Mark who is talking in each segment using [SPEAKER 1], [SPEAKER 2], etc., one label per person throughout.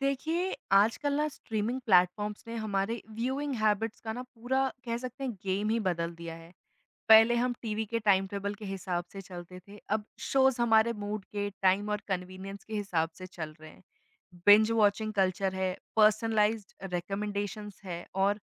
[SPEAKER 1] देखिए, आजकल ना स्ट्रीमिंग प्लेटफ़ॉर्म्स ने हमारे व्यूइंग हैबिट्स का ना पूरा कह सकते हैं गेम ही बदल दिया है। पहले हम टीवी के टाइम टेबल के हिसाब से चलते थे, अब शोज़ हमारे मूड के, टाइम और कन्वीनियंस के हिसाब से चल रहे हैं। बिंज वॉचिंग कल्चर है, पर्सनलाइज़्ड रिकमेंडेशंस है और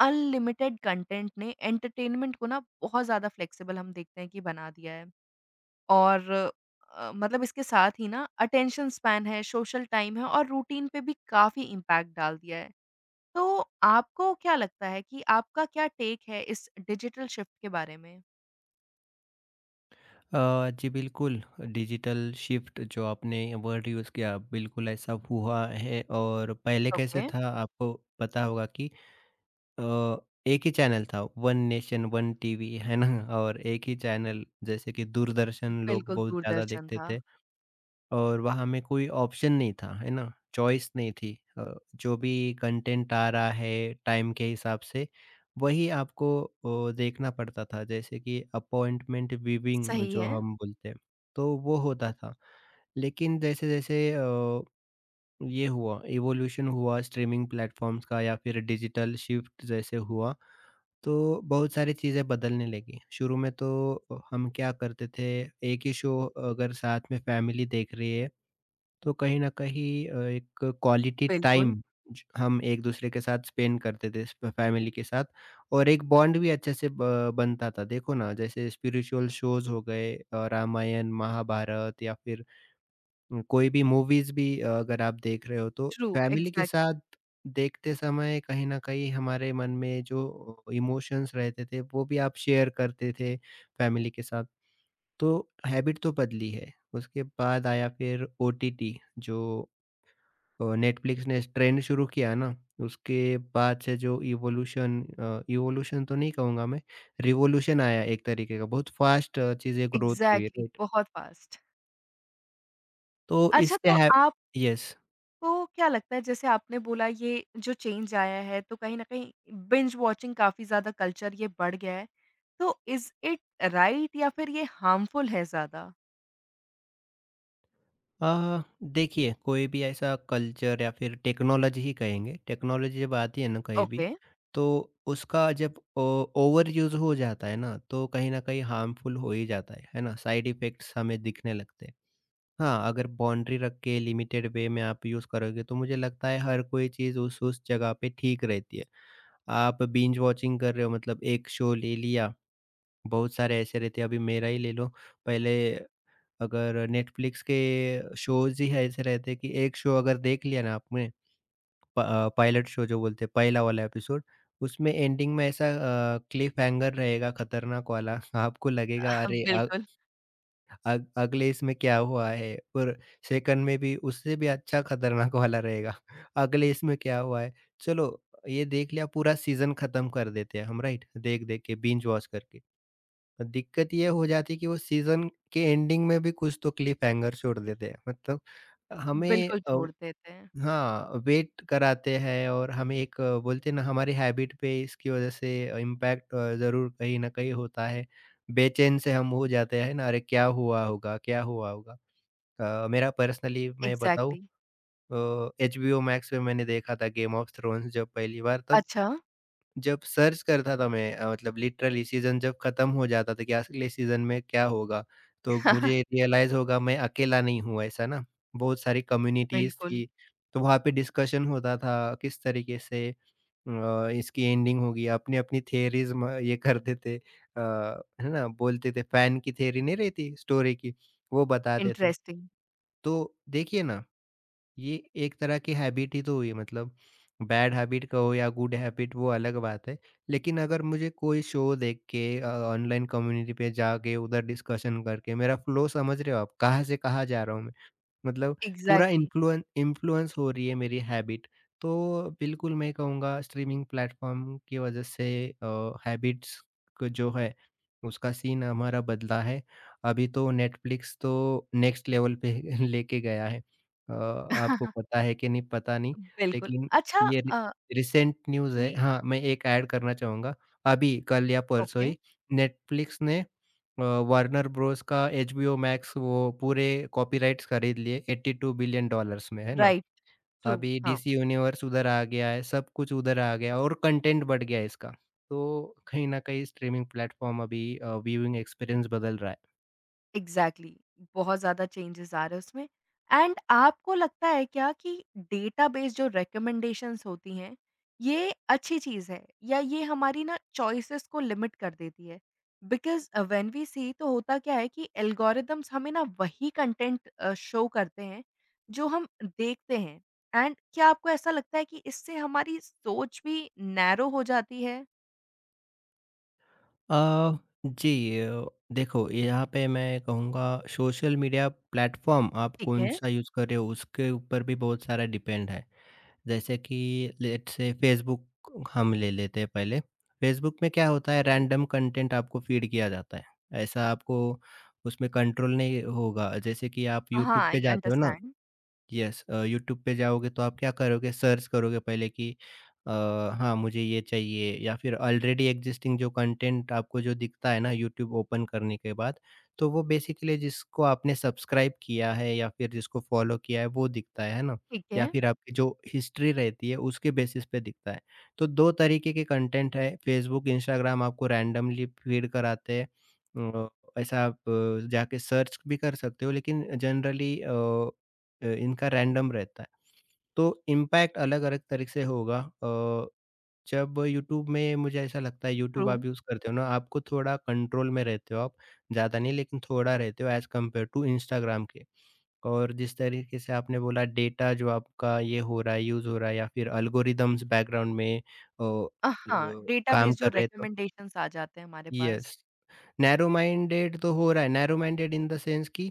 [SPEAKER 1] अनलिमिटेड कंटेंट ने एंटरटेनमेंट को ना बहुत ज़्यादा फ्लेक्सिबल हम देखते हैं कि बना दिया है। और मतलब इसके साथ ही ना अटेंशन स्पैन है, सोशल टाइम है और रूटीन पे भी काफ़ी इम्पैक्ट डाल दिया है। तो आपको क्या लगता है कि आपका क्या टेक है इस डिजिटल शिफ्ट के बारे में?
[SPEAKER 2] जी बिल्कुल, डिजिटल शिफ्ट जो आपने वर्ड यूज़ किया बिल्कुल ऐसा हुआ है और पहले कैसे
[SPEAKER 1] ओके,
[SPEAKER 2] था आपको पता होगा कि अ, एक ही चैनल था वन नेशन वन टीवी है ना? और एक ही चैनल जैसे कि दूरदर्शन लोग
[SPEAKER 1] बिल्कुल
[SPEAKER 2] बहुत ज़्यादा
[SPEAKER 1] दूरदर्शन
[SPEAKER 2] देखते
[SPEAKER 1] था।
[SPEAKER 2] थे। और वहाँ में कोई ऑप्शन नहीं था, है ना? चॉइस नहीं थी। जो भी कंटेंट आ रहा है टाइम के हिसाब से, वही आपको देखना पड़ता था। जैसे कि अपॉइंटमेंट विविंग
[SPEAKER 1] सही
[SPEAKER 2] जो
[SPEAKER 1] है,
[SPEAKER 2] हम बोलते हैं, तो वो होता था। लेकिन जैसे-जैसे ये हुआ, इवोल्यूशन हुआ स्ट्रीमिंग प्लेटफ़ॉर्म्स का या फिर डिजिटल शिफ्ट जैसे हुआ, तो बहुत सारी चीज़ें बदलने लगी। शुरू में तो हम क्या करते थे, एक ही शो अगर साथ में फैमिली देख रही है, तो कहीं न कहीं एक क्वालिटी
[SPEAKER 1] बिल्कुल,
[SPEAKER 2] टाइम ज हम एक-दूसरे के साथ स्पेंड करते थे, फ फैमिली के साथ और एक बॉन्ड भी अच्छे से ब बनता था। देखो ना, जैसे स्पिरिचुअल शोज़ हो गए रामायण, महाभारत या फिर कोई भी मूवीज़ भी अगर आप देख रहे हो, तो
[SPEAKER 1] ट्रू,
[SPEAKER 2] फैमिली के
[SPEAKER 1] एग्ज़ैक्टली,
[SPEAKER 2] साथ देखते समय कहीं न कहीं हमारे मन में जो इमोशंस रहते थे, वो भी आप शेयर करते थे फैमिली के साथ। तो हैबिट तो बदली है, उसके बाद आया फिर ओटीटी जो नेटफ्लिक्स ने ट्रेंड शुरू किया ना, उसके बाद से जो इवोल्यूशन तो नहीं कहूँगा मैं, रिवॉल्यूशन आया एक तरीके का, बहुत फास्ट चीज़ें ग्रोथ हुई,
[SPEAKER 1] एग्ज़ैक्टली,
[SPEAKER 2] राइट?
[SPEAKER 1] बहुत फ़ास्ट।
[SPEAKER 2] तो
[SPEAKER 1] अच्छा
[SPEAKER 2] इससे
[SPEAKER 1] तो
[SPEAKER 2] है
[SPEAKER 1] आप
[SPEAKER 2] यस।
[SPEAKER 1] तो क्या लगता है जैसे आपने बोला ये जो चेंज आया है तो कहीं न कहीं बिंज वॉचिंग काफ़ी ज़्यादा कल्चर ये बढ़ गया है। तो इज़ इट राइट या फिर ये हार्मफुल है ज़्यादा?
[SPEAKER 2] अ, देखिए कोई भी ऐसा कल्चर या फिर टेक्नोलॉजी ही कहेंगे, टेक्नोलॉजी जब आती है ना कहीं भी,
[SPEAKER 1] ओके।
[SPEAKER 2] तो उसका जब ओवर यूज़ हो जाता है ना, तो कहीं न कहीं हार्मफुल हो ही जाता है ना? साइड इफ़ेक्ट्स हमें दिखने लगते हैं। हाँ, अगर बाउंड्री रख के लिमिटेड वे में आप यूज़ करोगे तो मुझे लगता है हर कोई चीज़ उस जगह पे ठीक रहती है। आप बिंज वॉचिंग कर रहे हो मतलब एक शो ले लिया, बहुत सारे ऐसे रहते हैं अभी मेरा ही ले लो। पहले अगर नेटफ्लिक्स के शोज़ ही ऐसे रहते हैं कि एक शो अगर देख लिया ना आपने पायलट शो जो बोलते हैं पहला वाला एपिसोड, उसमें एंडिंग में ऐसा क्लिफ़ हैंगर रहेगा खतरनाक वाला आपको लगेगा अरे अ
[SPEAKER 1] बिल्कुल।
[SPEAKER 2] अग अगले इसमें क्या हुआ है? और सेकंड में भी उससे भी अच्छा खतरनाक वाला रहेगा। अगले इसमें क्या हुआ है? चलो ये देख लिया पूरा सीज़न ख़त्म कर देते हैं हम राइट? देख-देख के बिंज वॉच करके। दिक्कत ये हो जाती है कि वो सीज़न के एंडिंग में भी कुछ तो क्लिफ़ हैंगर छोड़ देते हैं। मतलब हमें
[SPEAKER 1] बिल्कुल छोड़ देते हैं।
[SPEAKER 2] हाँ, वेट कराते हैं और हम एक बोलते हैं ना हमारी हैबिट पे इसकी वज़ह से इम्पैक्ट ज़रूर कहीं न कहीं होता है। बेचैन से हम हो जाते हैं ना, अरे क्या हुआ होगा क्या हुआ होगा? मेरा पर्सनली मैं बताऊँ
[SPEAKER 1] एग्ज़ैक्टली
[SPEAKER 2] एचबीओ मैक्स पे मैंने देखा था गेम ऑफ थ्रोन्स जब पहली बार तब
[SPEAKER 1] अच्छा।
[SPEAKER 2] जब सर्च करता था मैं मतलब लिटरली सीज़न जब ख़त्म हो जाता था कि अगले सीज़न में क्या होगा, तो मुझे रियलाइज़ होगा मैं अकेला नहीं हूँ ऐसा ना। बहुत सारी कम्युनिटीज़
[SPEAKER 1] बिल्कुल,
[SPEAKER 2] थी, तो वहाँ पे डिस्कशन होता था किस तरीके से इसकी एंडिंग होगी, अपनी-अपनी थियरीज़ म ये करते थे है ना? बोलते थे फैन की थियरी नहीं रहती स्टोरी की, वो बताते थे।
[SPEAKER 1] इंटरेस्टिंग
[SPEAKER 2] तो देखिए ना ये एक तरह की हैबिट ही तो हुई मतलब बैड हैबिट कहो या गुड हैबिट वो अलग बात है लेकिन अगर मुझे कोई शो देख के ऑनलाइन कम्युनिटी पे जाके उधर डिस्कशन करके मेरा फ्लो समझ रहे हो आप कहाँ से कहाँ जा रहा हूँ मतलब पूरा
[SPEAKER 1] एग्ज़ैक्टली
[SPEAKER 2] इन्फ्लुएन इन्फ्लुएंस हो रही है मेरी हैबिट। तो बिल्कुल मैं कहूँगा स्ट्रीमिंग प्लेटफ़ॉर्म की वज़ह से अ, हैबिट्स को जो है उसका सीन हमारा बदला है। अभी तो नेटफ्लिक्स तो नेक्स्ट लेवल पे लेके गया है। आपको पता है कि नहीं पता नहीं
[SPEAKER 1] बिल्कुल।
[SPEAKER 2] लेकिन
[SPEAKER 1] अच्छा
[SPEAKER 2] ये रि रिसेंट न्यूज़
[SPEAKER 1] ये
[SPEAKER 2] है। हाँ, मैं एक ऐड करना चाहूँगा। अभी कल या परसों
[SPEAKER 1] ओके,
[SPEAKER 2] ही नेटफ्लिक्स ने अ, वार्नर ब्रोस का एचबीओ मैक्स वो पूरे कॉपीराइट्स खरीद लिए 82 बिलियन डॉलर्स में, है ना?
[SPEAKER 1] राइट, ट्रू,
[SPEAKER 2] अभी
[SPEAKER 1] हाँ।
[SPEAKER 2] डीसी यूनिवर्स उधर आ गया है, सब कुछ उधर आ गया और कंटेंट बढ़ गया है इसका। तो कहीं न कहीं स्ट्रीमिंग प्लेटफ़ॉर्म अभी व्यूइंग एक्सपीरियंस बदल रहा है।
[SPEAKER 1] Exactly exactly. बहुत ज़्यादा चेंजेस आ रहे हैं उसमें एंड आपको लगता है क्या कि डेटाबेस जो रिकमेंडेशंस होती हैं ये अच्छी चीज़ है या ये हमारी ना चॉइसेस को लिमिट कर देती है बिकॉज व्हेन वी सी तो होता क्या है कि एल्गोरिदम्स हमें ना वही कंटेंट शो करते हैं जो हम देखते हैं एंड क्या आपको ऐसा लगता है कि इससे हमारी सोच भी नैरो हो जाती है
[SPEAKER 2] अ, जी देखो यहाँ पे मैं कहूँगा सोशल मीडिया प्लेटफ़ॉर्म आप
[SPEAKER 1] ठीक है
[SPEAKER 2] कौन-सा यूज़ कर रहे हो उसके ऊपर भी बहुत सारा डिपेंड है। जैसे कि लेट्स से फेसबुक हम ले लेते हैं पहले। फेसबुक में क्या होता है रैंडम कंटेंट आपको फीड किया जाता है। ऐसा आपको उसमें कंट्रोल नहीं होगा। जैसे कि आप
[SPEAKER 1] हाँ
[SPEAKER 2] यूट्यूब पे
[SPEAKER 1] आई
[SPEAKER 2] जाते हो ना
[SPEAKER 1] अंडरस्टैंड
[SPEAKER 2] यस यूट्यूब पे जाओगे तो आप क्या करोगे सर्च करोगे पहले कि अ, हाँ मुझे ये चाहिए या फिर ऑलरेडी एग्जिस्टिंग जो कंटेंट आपको जो दिखता है ना यूट्यूब ओपन करने के बाद तो वो बेसिकली जिसको आपने सब्सक्राइब किया है या फिर जिसको फॉलो किया है वो दिखता है ना
[SPEAKER 1] ठीक
[SPEAKER 2] या
[SPEAKER 1] है
[SPEAKER 2] फिर आपकी जो हिस्ट्री रहती है उसके बेसिस पे दिखता है तो दो तरीके के कंटेंट है फेसबुक इंस्टाग्राम आपको रैंडमली फीड कराते हैं अ, ऐसा आप जाके सर्च भी कर सकते हो लेकिन जनरली इनका रैंडम रहता है। तो इम्पैक्ट अलग-अलग तरीके से होगा जब यूट्यूब में मुझे ऐसा लगता है
[SPEAKER 1] ट्रू
[SPEAKER 2] यूट्यूब आप यूज़ करते हो ना, आपको थोड़ा कंट्रोल में रहते हो आप, ज़्यादा नहीं लेकिन थोड़ा रहते हो एज़ कम्पेयर टू इंस्टाग्राम के। और जिस तरीके से आपने बोला डेटा जो आपका ये हो रहा है, यूज़ हो रहा है या फिर एल्गोरिदम्स बैकग्राउंड में अ
[SPEAKER 1] हाँ,
[SPEAKER 2] काम
[SPEAKER 1] डेटाबेस जो
[SPEAKER 2] कर रहे हैं तो
[SPEAKER 1] रिकमेंडेशंस आ जाते हैं हमारे पास।
[SPEAKER 2] यस। नैरो माइंडेड तो हो रहा है, narrow minded in the sense कि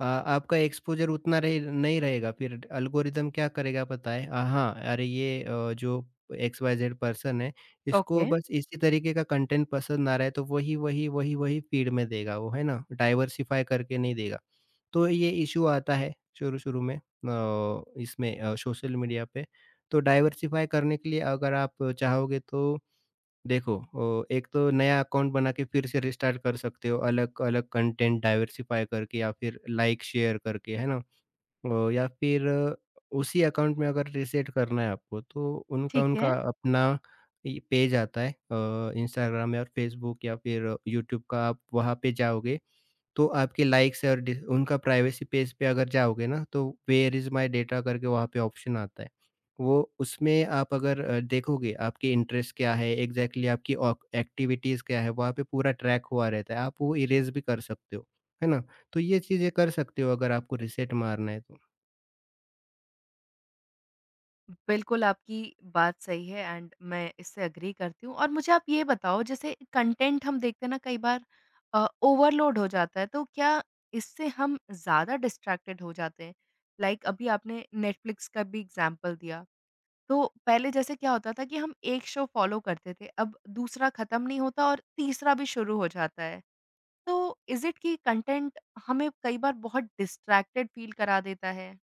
[SPEAKER 2] आपका एक्सपोज़र उतना रहे नहीं रहेगा, फिर एल्गोरिदम क्या करेगा पता है? हाँ, अरे ये जो एक्स वाई ज़ेड पर्सन है, इसको
[SPEAKER 1] ओके,
[SPEAKER 2] बस इसी तरीके का कंटेंट पसंद आ रहा है, तो वही, वही, वही, वही फ़ीड में देगा वो, है ना? डाइवर्सिफ़ाई करके नहीं देगा। तो ये इश्यू आता है शुरू-शुरू में इसमें सोशल मीडिया पे। तो डाइवर्सिफ़ाई करने के लिए अगर आप चाहोगे तो देखो एक तो नया अकाउंट बना के फिर से रिस्टार्ट कर सकते हो, अलग-अलग कंटेंट डाइवर्सिफ़ाई करके या फिर लाइक शेयर करके, है ना? या फिर उसी अकाउंट में अगर रीसेट करना है आपको, तो
[SPEAKER 1] ठीक
[SPEAKER 2] उनका-उनका
[SPEAKER 1] है।
[SPEAKER 2] अपना ये पेज आता है इंस्टाग्राम या फेसबुक या फिर यूट्यूब का, आप वहाँ पे जाओगे तो आपके लाइक्स और डिस उनका प्राइवेसी पेज पे अगर जाओगे ना तो वेयर इज़ माय डेटा करके वहाँ पे ऑप्शन आता है। वो उसमें आप अगर देखोगे आपके इंटरेस्ट क्या है, एग्ज़ैक्टली आपकी ऑक एक्टिविटीज़ क्या है, वहाँ पे पूरा ट्रैक हुआ रहता है। आप वो इरेज़ भी कर सकते हो, है ना? तो ये चीज़ें कर सकते हो अगर आपको रीसेट मारना है तो।
[SPEAKER 1] बिल्कुल आपकी बात सही है एंड मैं इससे एग्री करती हूँ और मुझे आप ये बताओ जैसे कंटेंट हम देखते हैं ना कई बार ओवरलोड हो जाता है तो क्या इससे हम ज़्यादा डिस्ट्रैक्टेड हो जाते हैं? लाइक like, अभी आपने नेटफ्लिक्स का भी एग्ज़ाम्पल दिया। तो पहले जैसे क्या होता था कि हम एक शो फ़ॉलो करते थे, अब दूसरा खत्म नहीं होता और तीसरा भी शुरू हो जाता है। तो इज़ इट कि कंटेंट हमें कई बार बहुत डिस्ट्रैक्टेड फ़ील करा देता है?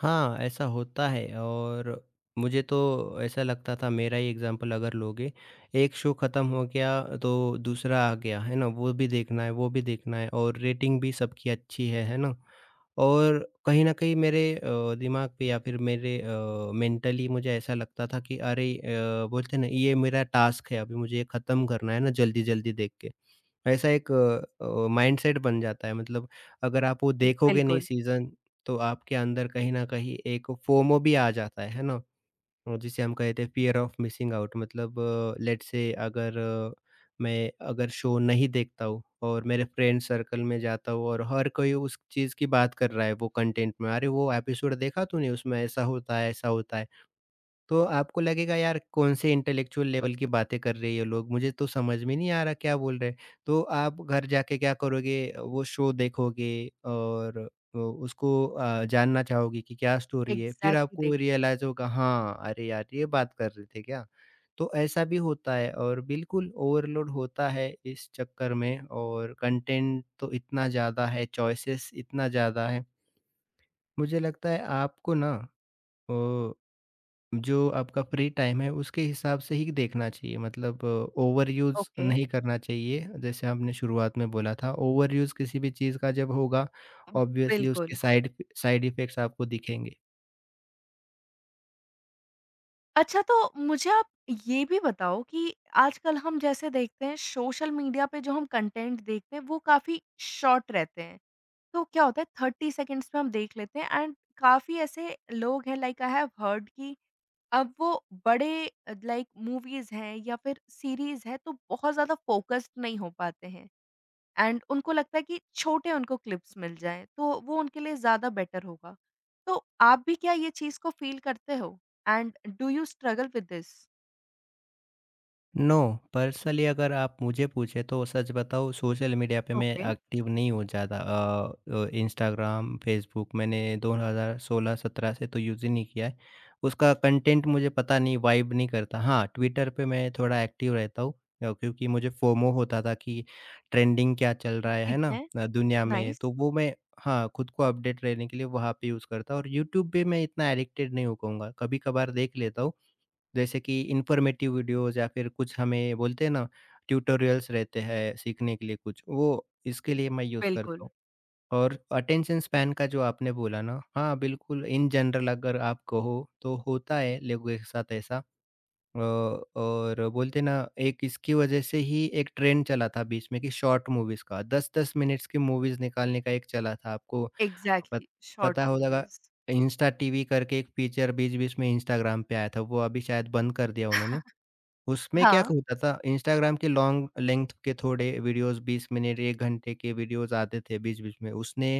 [SPEAKER 2] हाँ, ऐसा होता है और मुझे तो ऐसा लगता था मेरा ही एग्ज़ाम्पल अगर लोगे, एक शो खत्म हो गया तो दूसरा आ गया, है ना? वो भी देखना है, वो भी देखना है और रेटिंग भी सबकी अच्छी है ना? और कहीं न कहीं मेरे दिमाग पे या फिर मेरे मेंटली मुझे ऐसा लगता था कि अरे बोलते हैं ना ये मेरा टास्क है अभी मुझे ये खत्म करना है ना जल्दी-जल्दी देख के। ऐसा एक माइंडसेट बन जाता है मतलब अगर आप वो देखोगे नहीं
[SPEAKER 1] बिल्कुल।
[SPEAKER 2] सीज़न, तो आपके अंदर कहीं न कहीं एक फोमो भी आ जाता है ना? जिसे हम कहते हैं फ़ियर ऑफ मिसिंग आउट मतलब लेट्स से अगर मैं अगर शो नहीं देखता हूँ और मेरे फ्रेंड सर्कल में जाता हूँ और हर कोई उस चीज़ की बात कर रहा है वो कंटेंट में, "अरे! वो एपिसोड देखा तूने? उसमें ऐसा होता है, ऐसा होता है।" तो आपको लगेगा यार कौन से इंटेलेक्चुअल लेवल की बातें कर रहे हैं ये लोग, मुझे तो समझ में नहीं आ रहा क्या बोल रहे हैं। तो आप घर जाके क्या करोगे वो शो देखोगे और उसको जानना चाहोगे कि क्या स्टोरी है, फिर
[SPEAKER 1] एग्ज़ैक्टली
[SPEAKER 2] आपको
[SPEAKER 1] देखेंगे,
[SPEAKER 2] रियलाइज़ होगा हाँ, अरे यार ये बात कर रहे थे क्या? तो ऐसा भी होता है और बिल्कुल ओवरलोड होता है इस चक्कर में और कंटेंट तो इतना ज़्यादा है, चॉइसेस इतना ज़्यादा है। मुझे लगता है आपको ना अ जो आपका फ्री टाइम है उसके हिसाब से ही देखना चाहिए, मतलब ओवर यूज़
[SPEAKER 1] ओके।
[SPEAKER 2] नहीं करना चाहिए। जैसे हमने शुरुआत में बोला था, ओवर यूज़ किसी भी चीज़ का जब होगा ऑब्वियसली उसके
[SPEAKER 1] बिल्कुल।
[SPEAKER 2] साइड साइड इफ़ेक्ट्स आपको दिखेंगे।
[SPEAKER 1] अच्छा, तो मुझे आप ये भी बताओ कि आजकल हम जैसे देखते हैं सोशल मीडिया पे जो हम कंटेंट देखते हैं वो काफ़ी शॉर्ट रहते हैं। तो क्या होता है 30 सेकंड्स में हम देख लेते हैं एंड काफ़ी ऐसे लोग हैं लाइक आई हैव हर्ड कि अब वो बड़े लाइक मूवीज़ हैं या फिर सीरीज़ है तो बहुत ज़्यादा फ़ोकस्ड नहीं हो पाते हैं। एंड उनको लगता है कि छोटे उनको क्लिप्स मिल जाएँ, तो वो उनके लिए ज़्यादा बेटर होगा। तो आप भी क्या ये चीज़ को फ़ील करते हो? And do you struggle with this?
[SPEAKER 2] No, personally अगर आप मुझे पूछे तो सच बताऊँ, सोशल मीडिया पे मैं
[SPEAKER 1] ओके,
[SPEAKER 2] एक्टिव नहीं हूँ ज़्यादा। इंस्टाग्राम, फेसबुक मैंने 2016-17 से तो यूज़ ही नहीं किया है। उसका कंटेंट मुझे पता नहीं, वाइब नहीं करता। हाँ, ट्विटर पे मैं थोड़ा एक्टिव रहता हूँ, क्योंकि मुझे फोमो होता था कि ट्रेंडिंग क्या चल रहा है
[SPEAKER 1] ठीक
[SPEAKER 2] ना?
[SPEAKER 1] है।
[SPEAKER 2] दुनिया में
[SPEAKER 1] नाइस,
[SPEAKER 2] तो वो मैं, हाँ, खुद को अपडेट रहने के लिए वहाँ पे यूज़ करता हूँ। और यूट्यूब पे मैं इतना एडिक्टेड नहीं हो कहूँगा, कभी-कभार देख लेता हूँ। जैसे कि इन्फॉर्मेटिव वीडियोस या फिर कुछ, हमें बोलते हैं ना ट्यूटोरियल्स, रहते हैं सीखने के लिए कुछ, वो इसके लिए मैं यूज़ करता
[SPEAKER 1] बिल्कुल।
[SPEAKER 2] हूँ। और अटेंशन स्पैन का जो आपने बोला ना, हाँ बिल्कुल, इन जनरल अगर आप कहो तो होता है लोगों के साथ ऐसा। और बोलते ना, एक इसकी वजह से ही एक ट्रेंड चला था बीच में कि शॉर्ट मूवीज का 10-10 मिनट्स की मूवीज निकालने का एक चला था। आपको पत,
[SPEAKER 1] एग्ज़ैक्टली, शॉर्ट
[SPEAKER 2] पता होगा,
[SPEAKER 1] मूवीज़।
[SPEAKER 2] इंस्टा टीवी करके एक फीचर बीच बीच में इंस्टाग्राम पे आया था, वो अभी शायद बंद कर दिया उन्होंने। उसमें क्या
[SPEAKER 1] हाँ।
[SPEAKER 2] होता था, इंस्टाग्राम के लॉन्ग लेंथ के थोड़े वीडियोस, 20 मिनट एक घंटे के वीडियोस आते थे बीच बीच में उसने।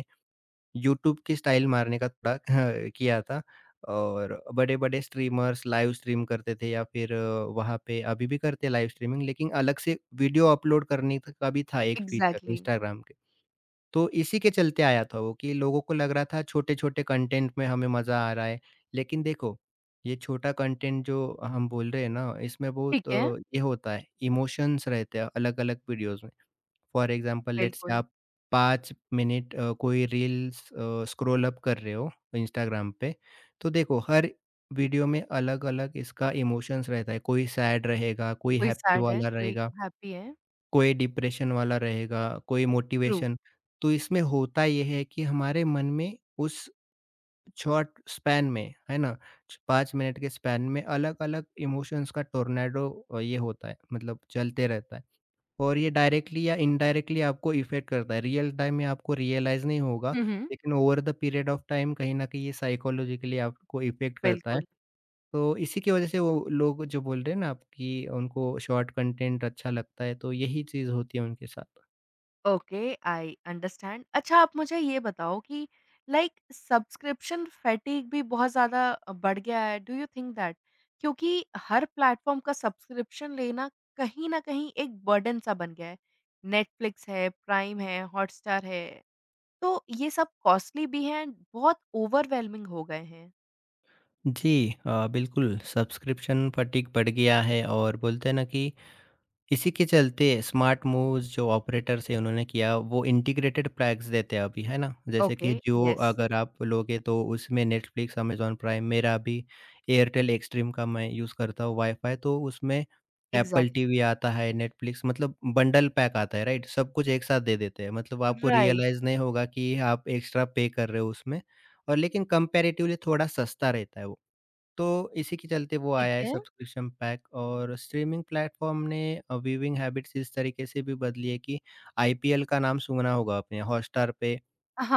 [SPEAKER 2] यूट्यूब की स्टाइल मारने का थोड़ा किया था और बड़े-बड़े स्ट्रीमर्स लाइव स्ट्रीम करते थे, या फिर वहाँ पे अभी भी करते हैं लाइव स्ट्रीमिंग, लेकिन अलग से वीडियो अपलोड करने त का भी था एक फीचर
[SPEAKER 1] एग्ज़ैक्टली।
[SPEAKER 2] इंस्टाग्राम के। तो इसी के चलते आया था वो कि लोगों को लग रहा था छोटे-छोटे कंटेंट में हमें मज़ा आ रहा है। लेकिन देखो, ये छोटा कंटेंट जो हम बोल रहे हैं ना, इसमें
[SPEAKER 1] ठीक
[SPEAKER 2] बहुत
[SPEAKER 1] है,
[SPEAKER 2] ये होता है, इमोशंस रहते हैं अलग-अलग वीडियोज़ में। फॉर एग्जांपल, लेट्स से
[SPEAKER 1] बिल्कुल।
[SPEAKER 2] आप 5 मिनट कोई रील्स स्क्रॉल अप कर रहे हो इंस्टाग्राम पे, तो देखो हर वीडियो में अलग-अलग इसका इमोशंस रहता है। कोई सैड रहेगा, कोई
[SPEAKER 1] कोई
[SPEAKER 2] हैप्पी
[SPEAKER 1] सैड है,
[SPEAKER 2] वाला
[SPEAKER 1] कोई
[SPEAKER 2] रहेगा,
[SPEAKER 1] हैप्पी है।
[SPEAKER 2] कोई डिप्रेशन वाला रहेगा, कोई
[SPEAKER 1] ट्रू।
[SPEAKER 2] मोटिवेशन। तो इसमें होता ये है कि हमारे मन में उस शॉर्ट स्पैन में, है ना, 5 मिनट के स्पैन में अलग-अलग इमोशंस का टोर्नेडो ये होता है, मतलब चलते रहता है। और ये डायरेक्टली या इनडायरेक्टली आपको इफ़ेक्ट करता है। रियल टाइम में आपको रियलाइज़ नहीं होगा,
[SPEAKER 1] हुँ, हुँ।
[SPEAKER 2] लेकिन over the period of time कहीं न कहीं ये साइकोलॉजिकली आपको इफ़ेक्ट करता है।
[SPEAKER 1] बिल्कुल।
[SPEAKER 2] तो इसी की वज़ह से वो लोग जो बोल रहे हैं ना आप, कि उनको शॉर्ट कंटेंट अच्छा लगता है, तो यही चीज़ होती है उनके साथ।
[SPEAKER 1] Okay, I understand. अच्छा आप मुझे ये बताओ कि लाइक सब्सक्रिप्शन फैटिग भी बहुत ज़्यादा बढ़ गया है, डू यू थिंक दैट? क्योंकि हर प्लेटफ़ॉर्म का सब्सक्रिप्शन लेना कहीं न कहीं एक बर्डन सा बन गया है। नेटफ्लिक्स है, प्राइम है, हॉटस्टार है, तो ये सब कॉस्टली भी हैं, बहुत ओवरवेलमिंग हो गए हैं।
[SPEAKER 2] जी, बिल्कुल सब्सक्रिप्शन फटीग बढ़ गया है, और बोलते हैं ना कि इसी के चलते स्मार्ट मूव्स जो ऑपरेटर्स हैं उन्होंने किया, वो इंटीग्रेटेड पैक्स देते हैं अभी, है ना? जैसे
[SPEAKER 1] ओके,
[SPEAKER 2] कि जियो
[SPEAKER 1] येस,
[SPEAKER 2] अगर आप लोगे, तो उसमें नेटफ्लिक्स, अमेजॉन प्राइम। मेरा अभी एयरटेल एक्सट्रीम का मैं यूज़ करता हूँ वाईफाई, तो उसमें एप्पल
[SPEAKER 1] इग्ज़ैक्टली।
[SPEAKER 2] टीवी आता है, नेटफ्लिक्स, मतलब बंडल पैक आता है, राइट? सब कुछ एक साथ दे देते हैं, मतलब आपको
[SPEAKER 1] राइट,
[SPEAKER 2] रियलाइज़ नहीं होगा कि आप एक्स्ट्रा पे कर रहे हो उसमें। और लेकिन कंपैरेटिवली थोड़ा सस्ता रहता है वो। तो इसी के चलते वो
[SPEAKER 1] ठीक
[SPEAKER 2] आया है
[SPEAKER 1] है।
[SPEAKER 2] Subscription pack. और स्ट्रीमिंग प्लेटफॉर्म ने व्यूइंग हैबिट्स इस तरीके से भी बदली है कि आईपीएल का नाम सुना होगा आपने, हॉटस्टार पे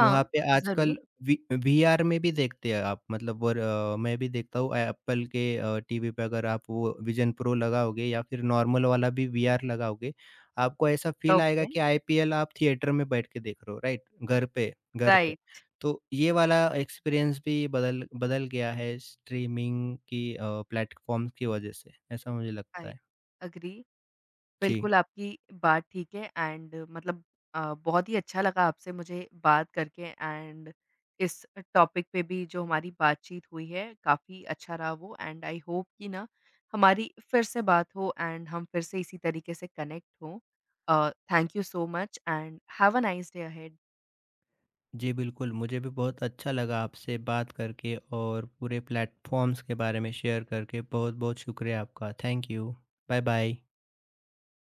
[SPEAKER 2] वहाँ पे
[SPEAKER 1] ज़रूर।
[SPEAKER 2] आजकल वी वीआर में भी देखते हैं आप, मतलब। और मैं भी देखता हूँ एप्पल के टीवी पे। अगर आप वो विज़न प्रो लगाओगे या फिर नॉर्मल वाला भी वीआर लगाओगे, आपको ऐसा फ़ील आएगा
[SPEAKER 1] ओके,
[SPEAKER 2] कि आईपीएल आप थिएटर में बैठ के देख रहे हो, राइट? घर पे, घर पे।
[SPEAKER 1] राइट,
[SPEAKER 2] तो ये वाला एक्सपीरियंस भी बदल बदल गया है स्ट्रीमिंग की प्लेटफ़ॉर्म्स की वज़ह से, ऐसा मुझे लगता
[SPEAKER 1] आई
[SPEAKER 2] है।
[SPEAKER 1] एग्री।
[SPEAKER 2] जी।
[SPEAKER 1] बिल्कुल, आपकी बात ठीक है एंड मतलब बहुत ही अच्छा लगा आपसे मुझे बात करके एंड इस टॉपिक पे भी जो हमारी बातचीत हुई है, काफ़ी अच्छा रहा वो एंड आई होप कि ना हमारी फिर से बात हो एंड हम फिर से इसी तरीके से कनेक्ट हों। Thank you so much and have a nice day ahead.
[SPEAKER 2] जी, बिल्कुल, मुझे भी बहुत अच्छा लगा आपसे बात करके और पूरे प्लेटफ़ॉर्म्स के बारे में शेयर करके। बहुत-बहुत शुक्रिया आपका। Thank you. बाय-बाय।